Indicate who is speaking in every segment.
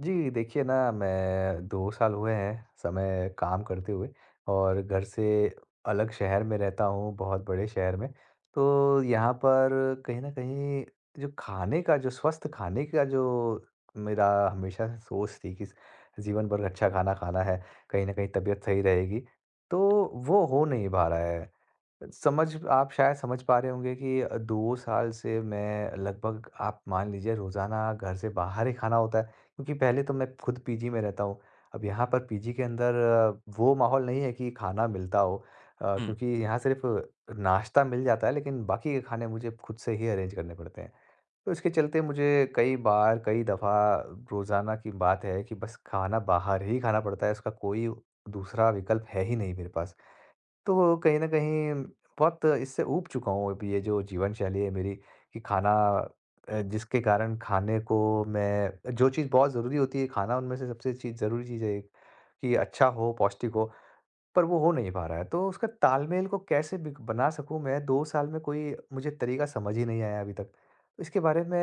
Speaker 1: जी, देखिए ना, मैं 2 साल हुए हैं समय काम करते हुए और घर से अलग शहर में रहता हूँ, बहुत बड़े शहर में। तो यहाँ पर कहीं न कहीं जो खाने का, जो स्वस्थ खाने का, जो मेरा हमेशा से सोच थी कि जीवन भर अच्छा खाना खाना है, कहीं न कहीं तबीयत सही रहेगी, तो वो हो नहीं पा रहा है। समझ आप शायद समझ पा रहे होंगे कि 2 साल से मैं लगभग, आप मान लीजिए, रोज़ाना घर से बाहर ही खाना होता है, क्योंकि पहले तो मैं खुद पीजी में रहता हूँ। अब यहाँ पर पीजी के अंदर वो माहौल नहीं है कि खाना मिलता हो,
Speaker 2: हुँ।
Speaker 1: क्योंकि यहाँ सिर्फ़ नाश्ता मिल जाता है, लेकिन बाकी के खाने मुझे खुद से ही अरेंज करने पड़ते हैं। तो इसके चलते मुझे कई बार, कई दफ़ा, रोज़ाना की बात है कि बस खाना बाहर ही खाना पड़ता है, उसका कोई दूसरा विकल्प है ही नहीं मेरे पास। तो कहीं न कहीं बहुत इससे ऊब चुका हूँ अब, ये जो जीवन शैली है मेरी, कि खाना, जिसके कारण खाने को, मैं, जो चीज़ बहुत ज़रूरी होती है खाना, उनमें से सबसे चीज़ ज़रूरी चीज़ है एक, कि अच्छा हो, पौष्टिक हो, पर वो हो नहीं पा रहा है। तो उसका तालमेल को कैसे बिग बना सकूँ, मैं 2 साल में कोई मुझे तरीका समझ ही नहीं आया अभी तक। तो इसके बारे में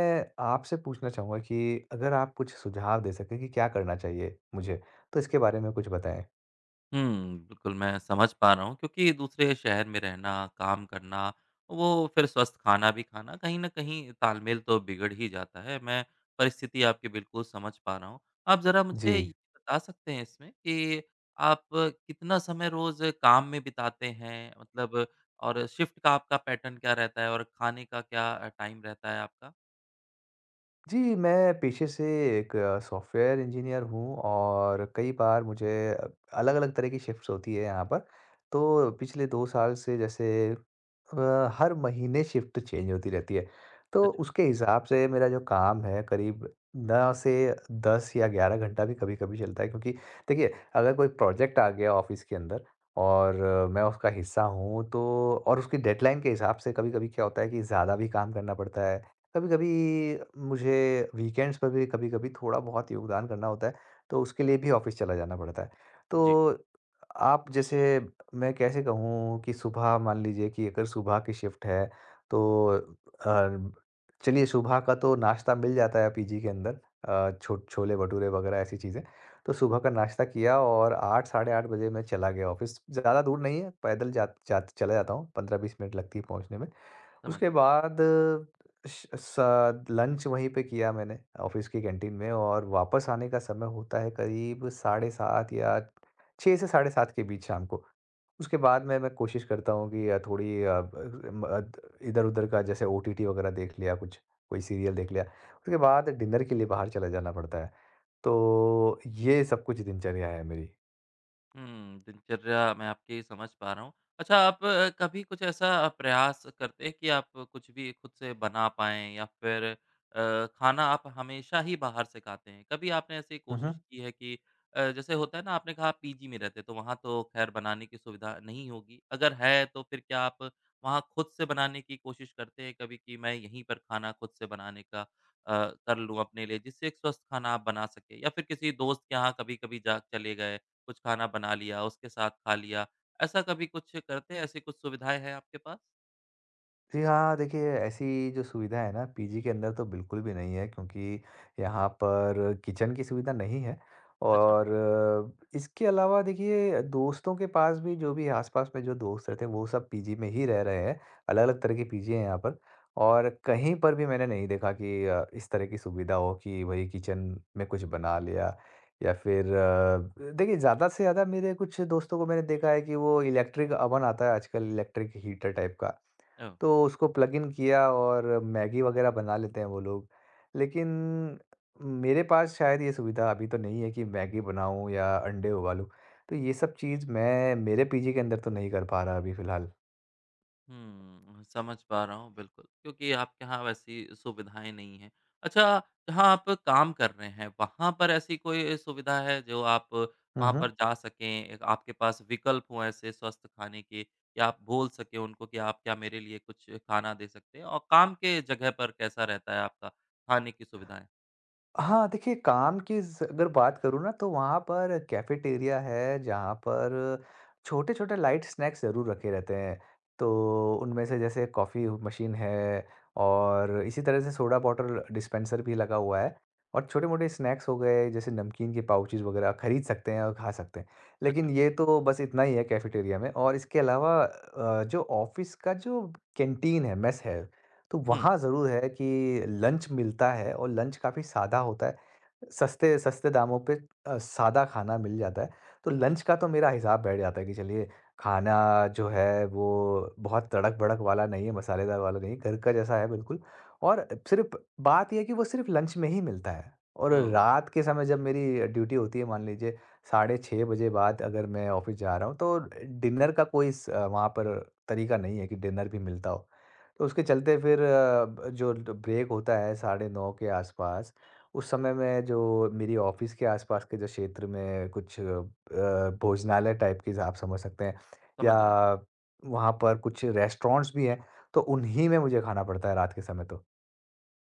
Speaker 1: आपसे पूछना चाहूँगा कि अगर आप कुछ सुझाव दे सकें कि क्या करना चाहिए मुझे? तो इसके बारे में कुछ बताएँ।
Speaker 2: बिल्कुल मैं समझ पा रहा हूँ, क्योंकि दूसरे शहर में रहना, काम करना, वो फिर स्वस्थ खाना भी खाना, कहीं न कहीं तालमेल तो बिगड़ ही जाता है। मैं परिस्थिति आपकी बिल्कुल समझ पा रहा हूँ। आप ज़रा
Speaker 1: जी।
Speaker 2: मुझे ये बता सकते हैं इसमें कि आप कितना समय रोज़ काम में बिताते हैं? मतलब और शिफ्ट का आपका पैटर्न क्या रहता है और खाने का क्या टाइम रहता है आपका?
Speaker 1: जी, मैं पेशे से एक सॉफ्टवेयर इंजीनियर हूँ, और कई बार मुझे अ, अलग-अलग तरह की शिफ्ट्स होती है यहाँ पर। तो पिछले 2 साल से जैसे हर महीने शिफ्ट चेंज होती रहती है। तो
Speaker 2: अच्छा।
Speaker 1: उसके हिसाब से मेरा जो काम है करीब 9 से 10 या 11 घंटा भी कभी-कभी चलता है, क्योंकि देखिए, अगर कोई प्रोजेक्ट आ गया ऑफ़िस के अंदर और मैं उसका हिस्सा हूँ तो, और उसकी डेडलाइन के हिसाब से कभी-कभी क्या होता है कि ज़्यादा भी काम करना पड़ता है। कभी-कभी मुझे वीकेंड्स पर भी कभी-कभी थोड़ा बहुत योगदान करना होता है, तो उसके लिए भी ऑफ़िस चला जाना पड़ता है।
Speaker 2: जी,
Speaker 1: तो आप जैसे, मैं कैसे कहूँ, कि सुबह मान लीजिए कि अगर सुबह की शिफ्ट है तो अ, चलिए, सुबह का तो नाश्ता मिल जाता है पीजी के अंदर, छो छोले-भटूरे वग़ैरह ऐसी चीज़ें। तो सुबह का नाश्ता किया और 8 साढ़े 8 बजे मैं चला गया ऑफ़िस। ज़्यादा दूर नहीं है, पैदल जा जा चला जाता हूँ, 15-20 मिनट लगती है पहुँचने में।
Speaker 2: समझ
Speaker 1: उसके
Speaker 2: रहा हूँ।
Speaker 1: बाद श स लंच वहीं पे किया मैंने ऑफ़िस की कैंटीन में, और वापस आने का समय होता है करीब साढ़े 7, या 6 से साढ़े 7 के बीच, शाम को। उसके बाद में मैं कोशिश करता हूँ कि थोड़ी इधर-उधर का, जैसे ओटीटी वगैरह देख लिया कुछ, कोई सीरियल देख लिया। उसके बाद डिनर के लिए बाहर चला जाना पड़ता है। तो ये सब कुछ दिनचर्या है मेरी।
Speaker 2: दिनचर्या मैं आपकी समझ पा रहा हूँ। अच्छा, आप कभी कुछ ऐसा प्रयास करते हैं कि आप कुछ भी खुद से बना पाएँ, या फिर खाना आप हमेशा ही बाहर से खाते हैं? कभी आपने ऐसी
Speaker 1: हुँ,
Speaker 2: कोशिश
Speaker 1: हुँ।
Speaker 2: की है कि जैसे होता है ना, आपने कहा आप पीजी में रहते हैं तो वहाँ तो ख़ैर बनाने की सुविधा नहीं होगी। अगर है तो फिर क्या आप वहाँ खुद से बनाने की कोशिश करते हैं कभी कि मैं यहीं पर खाना खुद से बनाने का कर लूँ अपने लिए, जिससे एक स्वस्थ खाना आप बना सकें? या फिर किसी दोस्त के यहाँ कभी-कभी जा चले गए, कुछ खाना बना लिया, उसके साथ खा लिया, ऐसा कभी कुछ करते हैं? ऐसी कुछ सुविधाएँ हैं आपके पास?
Speaker 1: जी हाँ, देखिए, ऐसी जो सुविधा है ना पीजी के अंदर, तो बिल्कुल भी नहीं है, क्योंकि यहाँ पर किचन की सुविधा नहीं है,
Speaker 2: अच्छा।
Speaker 1: और इसके अलावा, देखिए, दोस्तों के पास भी, जो भी आसपास में जो दोस्त रहते हैं, वो सब पीजी में ही रह रहे हैं। अलग-अलग तरह के पीजी हैं यहाँ पर, और कहीं पर भी मैंने नहीं देखा कि इस तरह की सुविधा हो कि वही किचन में कुछ बना लिया, या फिर देखिए, ज़्यादा से ज़्यादा मेरे कुछ दोस्तों को मैंने देखा है कि वो इलेक्ट्रिक अवन आता है आजकल, इलेक्ट्रिक हीटर टाइप का।
Speaker 2: ओह!
Speaker 1: तो उसको प्लग इन किया और मैगी वगैरह बना लेते हैं वो लोग। लेकिन मेरे पास शायद ये सुविधा अभी तो नहीं है कि मैगी बनाऊँ या अंडे उबालूँ। तो ये सब चीज़ मैं मेरे पीजी के अंदर तो नहीं कर पा रहा अभी फ़िलहाल।
Speaker 2: समझ पा रहा हूँ बिल्कुल, क्योंकि आपके यहाँ वैसी सुविधाएँ नहीं हैं। अच्छा, जहाँ आप काम कर रहे हैं, वहाँ पर ऐसी कोई सुविधा है जो आप
Speaker 1: हुँ,
Speaker 2: वहाँ पर
Speaker 1: हुँ।
Speaker 2: जा सकें, एक आपके पास विकल्प हों ऐसे स्वस्थ खाने के, या आप बोल सकें उनको कि आप क्या मेरे लिए कुछ खाना दे सकते हैं? और काम के जगह पर कैसा रहता है आपका खाने की सुविधाएँ?
Speaker 1: हाँ, देखिए, काम की ज़ अगर बात करूँ ना, तो वहाँ पर कैफ़ेटेरिया है, जहाँ पर छोटे-छोटे लाइट स्नैक्स ज़रूर रखे रहते हैं। तो उनमें से, जैसे कॉफ़ी मशीन है, और इसी तरह से सोडा बॉटल डिस्पेंसर भी लगा हुआ है, और छोटे-मोटे स्नैक्स हो गए, जैसे नमकीन के पाउचेज़ वग़ैरह, खरीद सकते हैं और खा सकते हैं। लेकिन
Speaker 2: अच्छा।
Speaker 1: ये तो बस इतना ही है कैफ़ेटेरिया में, और इसके अलावा जो ऑफ़िस का जो कैंटीन है, मेस है, तो
Speaker 2: हुँ।
Speaker 1: वहाँ ज़रूर है कि लंच मिलता है, और लंच काफ़ी सादा होता है। सस्ते सस्ते दामों पे सादा खाना मिल जाता है। तो लंच का तो मेरा हिसाब बैठ जाता है कि चलिए, खाना जो है वो बहुत तड़क-भड़क वाला नहीं है, मसालेदार वाला नहीं है, घर का जैसा है बिल्कुल। और सिर्फ़ बात ये है कि वो सिर्फ़ लंच में ही मिलता है, और
Speaker 2: ओह!
Speaker 1: रात के समय, जब मेरी ड्यूटी होती है, मान लीजिए साढ़े 6 बजे बाद अगर मैं ऑफ़िस जा रहा हूँ तो, डिनर का कोई वहाँ पर तरीका नहीं है कि डिनर भी मिलता हो। तो उसके चलते फिर अ, ब जो ब्रेक होता है साढ़े 9 के आसपास, उस समय मैं, जो मेरी ऑफिस के आसपास के जो क्षेत्र में कुछ भोजनालय टाइप की, आप समझ सकते हैं, या
Speaker 2: समझ रहा हूँ।
Speaker 1: वहाँ पर कुछ रेस्टोरेंट्स भी हैं, तो उन्हीं में मुझे खाना पड़ता है रात के समय तो।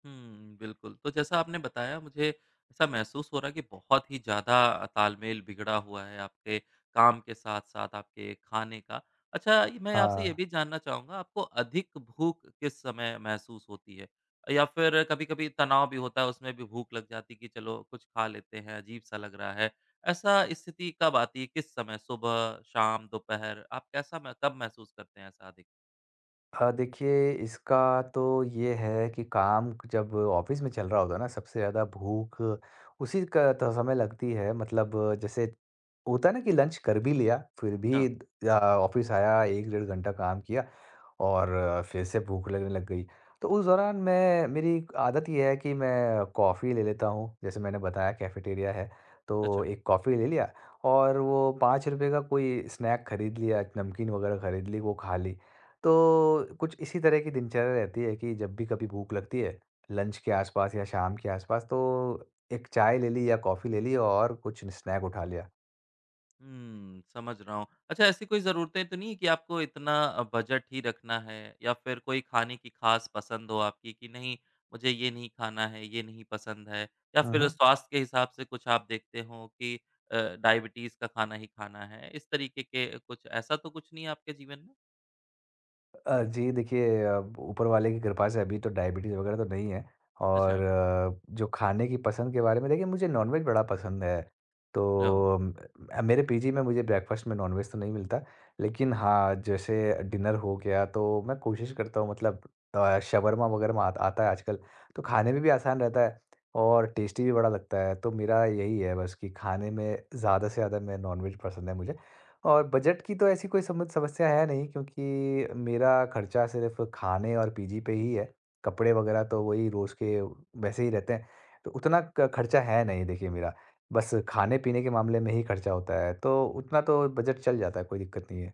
Speaker 2: हुँ, बिल्कुल। तो जैसा आपने बताया, मुझे ऐसा महसूस हो रहा है कि बहुत ही ज़्यादा तालमेल बिगड़ा हुआ है आपके काम के साथ-साथ आपके खाने का। अच्छा, ये मैं आपसे ये
Speaker 1: हाँ।
Speaker 2: भी जानना चाहूँगा, आपको अधिक भूख किस समय महसूस होती है? या फिर कभी-कभी तनाव भी होता है, उसमें भी भूख लग जाती है कि चलो कुछ खा लेते हैं, अजीब-सा लग रहा है। ऐसा स्थिति कब आती है, किस समय सुबह, शाम, दोपहर? आप कैसा म कब महसूस करते हैं ऐसा अधिक?
Speaker 1: देखिए, इसका तो ये है कि, काम जब ऑफिस में चल रहा होता है ना, सबसे ज़्यादा भूख उसी का तो समय लगती है, मतलब जैसे होता है ना कि लंच कर भी लिया, फिर
Speaker 2: हाँ,
Speaker 1: भी ऑफिस आया, एक डेढ़ घंटा काम किया और फिर से भूख लगने लग गई। तो उस दौरान, मैं, मेरी एक आदत ये है कि मैं कॉफ़ी ले लेता हूँ, जैसे मैंने बताया कैफेटेरिया है, तो
Speaker 2: अच्छा।
Speaker 1: एक कॉफ़ी ले लिया और वो 5 रुपए का कोई स्नैक खरीद लिया, नमकीन वगैरह खरीद ली, वो खा ली। तो कुछ इसी तरह की दिनचर्या रहती है, कि जब भी कभी भूख लगती है, लंच के आसपास या शाम के आसपास, तो एक चाय ले ली या कॉफ़ी ले ली और कुछ स्नैक उठा लिया।
Speaker 2: समझ रहा हूँ। अच्छा, ऐसी कोई ज़रूरतें तो नहीं है कि आपको इतना बजट ही रखना है, या फिर कोई खाने की ख़ास पसंद हो आपकी कि नहीं मुझे ये नहीं खाना है, ये नहीं पसंद है, या
Speaker 1: हुँ,
Speaker 2: फिर
Speaker 1: हुँ।
Speaker 2: स्वास्थ्य के हिसाब से कुछ आप देखते हो कि डायबिटीज़ का खाना ही खाना है, इस तरीके के कुछ ऐसा तो कुछ नहीं है आपके जीवन में?
Speaker 1: जी, देखिए, ऊपर वाले की कृपा से अभी तो डायबिटीज़ वगैरह तो नहीं है, और
Speaker 2: अच्छा।
Speaker 1: जो खाने की पसंद के बारे में, देखिए, मुझे नॉनवेज बड़ा पसंद है। तो
Speaker 2: ओह!
Speaker 1: मेरे पीजी में मुझे ब्रेकफ़ास्ट में नॉनवेज तो नहीं मिलता। लेकिन हाँ, जैसे डिनर हो गया तो मैं कोशिश करता हूँ, मतलब शवरमा वगैरह में आता आता है आजकल। तो खाने में भी आसान रहता है और टेस्टी भी बड़ा लगता है। तो मेरा यही है बस कि खाने में ज़्यादा से ज़्यादा मैं नॉनवेज पसंद है मुझे। और बजट की तो ऐसी कोई समझ समस्या है नहीं, क्योंकि मेरा खर्चा सिर्फ खाने और पीजी पे ही है। कपड़े वगैरह तो वही रोज़ के वैसे ही रहते हैं, तो उतना क खर्चा है नहीं, देखिए, मेरा। बस खाने-पीने के मामले में ही खर्चा होता है, तो उतना तो बजट चल जाता है, कोई दिक्कत नहीं है।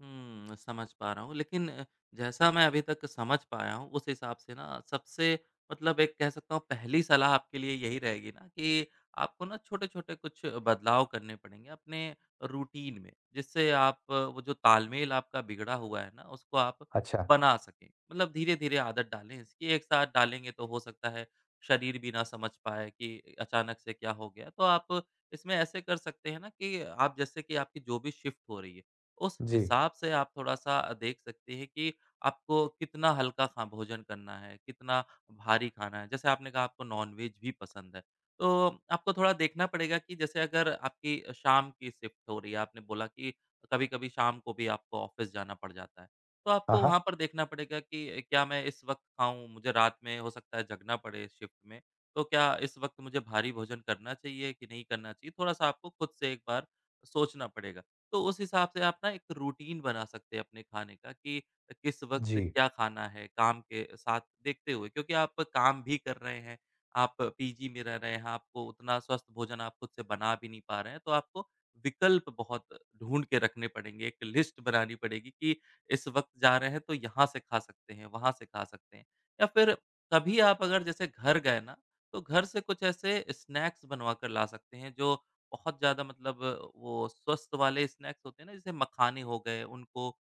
Speaker 2: समझ पा रहा हूँ। लेकिन जैसा मैं अभी तक समझ पाया हूँ, उस हिसाब से ना सबसे, मतलब एक कह सकता हूँ, पहली सलाह आपके लिए यही रहेगी ना कि आपको ना छोटे-छोटे कुछ बदलाव करने पड़ेंगे अपने रूटीन में, जिससे आप वो जो तालमेल आपका बिगड़ा हुआ है ना, उसको आप
Speaker 1: अच्छा,
Speaker 2: बना सकें। मतलब धीरे-धीरे आदत डालें इसकी, एक साथ डालेंगे तो हो सकता है शरीर भी ना समझ पाए कि अचानक से क्या हो गया। तो आप इसमें ऐसे कर सकते हैं ना कि आप जैसे कि आपकी जो भी शिफ्ट हो रही है, उस
Speaker 1: जी।
Speaker 2: हिसाब से आप थोड़ा-सा देख सकते हैं कि आपको कितना हल्का खा भोजन करना है, कितना भारी खाना है। जैसे आपने कहा आपको नॉन-वेज भी पसंद है, तो आपको थोड़ा देखना पड़ेगा कि जैसे अगर आपकी शाम की शिफ्ट हो रही है, आपने बोला कि कभी-कभी शाम को भी आपको ऑफ़िस जाना पड़ जाता है। तो
Speaker 1: हाँ,
Speaker 2: आपको वहाँ
Speaker 1: हाँ।
Speaker 2: पर देखना पड़ेगा कि क्या मैं इस वक़्त खाऊँ? मुझे रात में हो सकता है जगना पड़े शिफ्ट में, तो क्या इस वक़्त मुझे भारी भोजन करना चाहिए कि नहीं करना चाहिए? थोड़ा-सा आपको खुद से एक बार सोचना पड़ेगा। तो उस हिसाब से आप ना एक रूटीन बना सकते हैं अपने खाने का कि किस वक़्त
Speaker 1: जी,
Speaker 2: क्या खाना है, काम के साथ देखते हुए, क्योंकि आप काम भी कर रहे हैं, आप पीजी में रह रहे हैं, आपको उतना स्वस्थ भोजन आप खुद से बना भी नहीं पा रहे हैं, तो आपको विकल्प बहुत ढूँढ के रखने पड़ेंगे, एक लिस्ट बनानी पड़ेगी कि इस वक़्त जा रहे हैं तो यहाँ से खा सकते हैं, वहाँ से खा सकते हैं। या फिर कभी आप अगर जैसे घर गए ना, तो घर से कुछ ऐसे स्नैक्स बनवा कर ला सकते हैं, जो बहुत ज़्यादा, मतलब वो स्वस्थ वाले स्नैक्स होते हैं ना, जैसे मखाने हो गए, उनको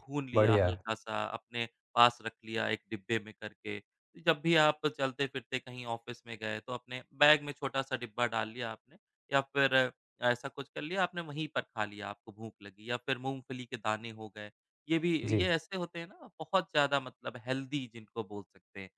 Speaker 2: भून लिया
Speaker 1: बढ़िया।
Speaker 2: हल्का-सा, अपने पास रख लिया एक डिब्बे में करके। तो जब भी आप चलते-फिरते कहीं ऑफ़िस में गए, तो अपने बैग में छोटा-सा डिब्बा डाल लिया आपने, या फिर ऐसा कुछ कर लिया आपने, वहीं पर खा लिया, आपको भूख लगी, या फिर मूँगफली के दाने हो गए। ये भी
Speaker 1: जी।
Speaker 2: ये ऐसे होते हैं ना, बहुत ज़्यादा, मतलब हेल्दी जिनको बोल सकते हैं।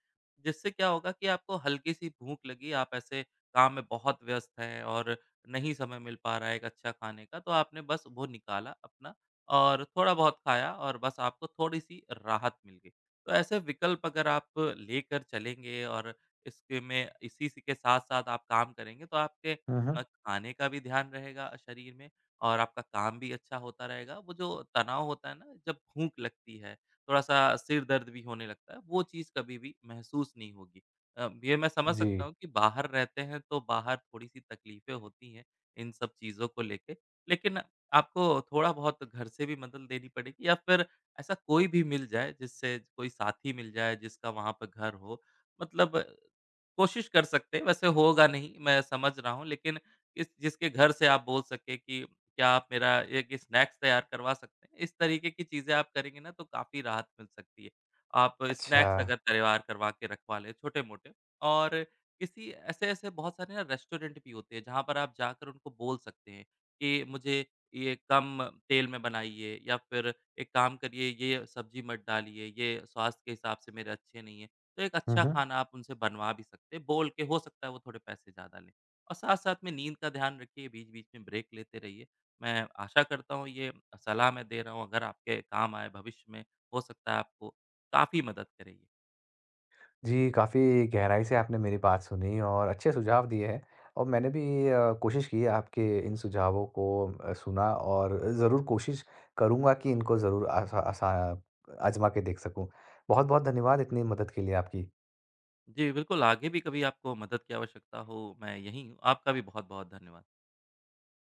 Speaker 2: जिससे क्या होगा कि आपको हल्की-सी भूख लगी, आप ऐसे काम में बहुत व्यस्त हैं और नहीं समय मिल पा रहा है एक अच्छा खाने का, तो आपने बस वो निकाला अपना और थोड़ा बहुत खाया और बस आपको थोड़ी-सी राहत मिल गई। तो ऐसे विकल्प अगर आप लेकर चलेंगे और इसके में इसी सी के साथ-साथ आप काम करेंगे, तो आपके
Speaker 1: हुँ, हुँ।
Speaker 2: खाने का भी ध्यान रहेगा शरीर में और आपका काम भी अच्छा होता रहेगा। वो जो तनाव होता है ना, जब भूख लगती है, थोड़ा-सा सिर दर्द भी होने लगता है, वो चीज़ कभी भी महसूस नहीं होगी। ये मैं समझ
Speaker 1: जी।
Speaker 2: सकता हूँ कि बाहर रहते हैं तो बाहर थोड़ी-सी तकलीफ़ें होती हैं, इन सब चीज़ों को लेके। लेकिन आपको थोड़ा-बहुत घर से भी मदद लेनी पड़ेगी, या फिर ऐसा कोई भी मिल जाए जिससे कोई साथी मिल जाए जिसका वहाँ पर घर हो। मतलब कोशिश कर सकते हैं, वैसे होगा नहीं मैं समझ रहा हूँ, लेकिन इस जिसके घर से आप बोल सके कि क्या आप मेरा एक स्नैक्स तैयार करवा सकते हैं? इस तरीके की चीज़ें आप करेंगे ना तो काफ़ी राहत मिल सकती है। आप
Speaker 1: अच्छा।
Speaker 2: स्नैक्स अगर तैयार करवा के रखवा लें छोटे-मोटे, और किसी ऐसे-ऐसे बहुत सारे ना रेस्टोरेंट भी होते हैं, जहाँ पर आप जाकर उनको बोल सकते हैं कि मुझे ये कम तेल में बनाइए, या फिर एक काम करिए, ये सब्ज़ी मत डालिए, ये स्वास्थ्य के हिसाब से मेरे अच्छे नहीं है। तो एक
Speaker 1: हुँ,
Speaker 2: अच्छा
Speaker 1: हुँ।
Speaker 2: खाना आप उनसे बनवा भी सकते हैं, बोल के, हो सकता है वो थोड़े पैसे ज़्यादा लें। और साथ-साथ में नींद का ध्यान रखिए, बीच-बीच में ब्रेक लेते रहिए। मैं आशा करता हूँ ये सलाह मैं दे रहा हूँ, अगर आपके काम आए भविष्य में, हो सकता है आपको काफ़ी मदद करेगी।
Speaker 1: जी, काफ़ी गहराई से आपने मेरी बात सुनी और अच्छे सुझाव दिए हैं, और मैंने भी कोशिश की है आपके इन सुझावों को सुना, और ज़रूर कोशिश करूँगा कि इनको ज़रूर आसा आसा आज़मा के देख सकूँ। बहुत-बहुत धन्यवाद इतनी मदद के लिए आपकी।
Speaker 2: जी, बिल्कुल आगे भी कभी आपको मदद की आवश्यकता हो, मैं यहीं हूँ। आपका भी बहुत-बहुत धन्यवाद।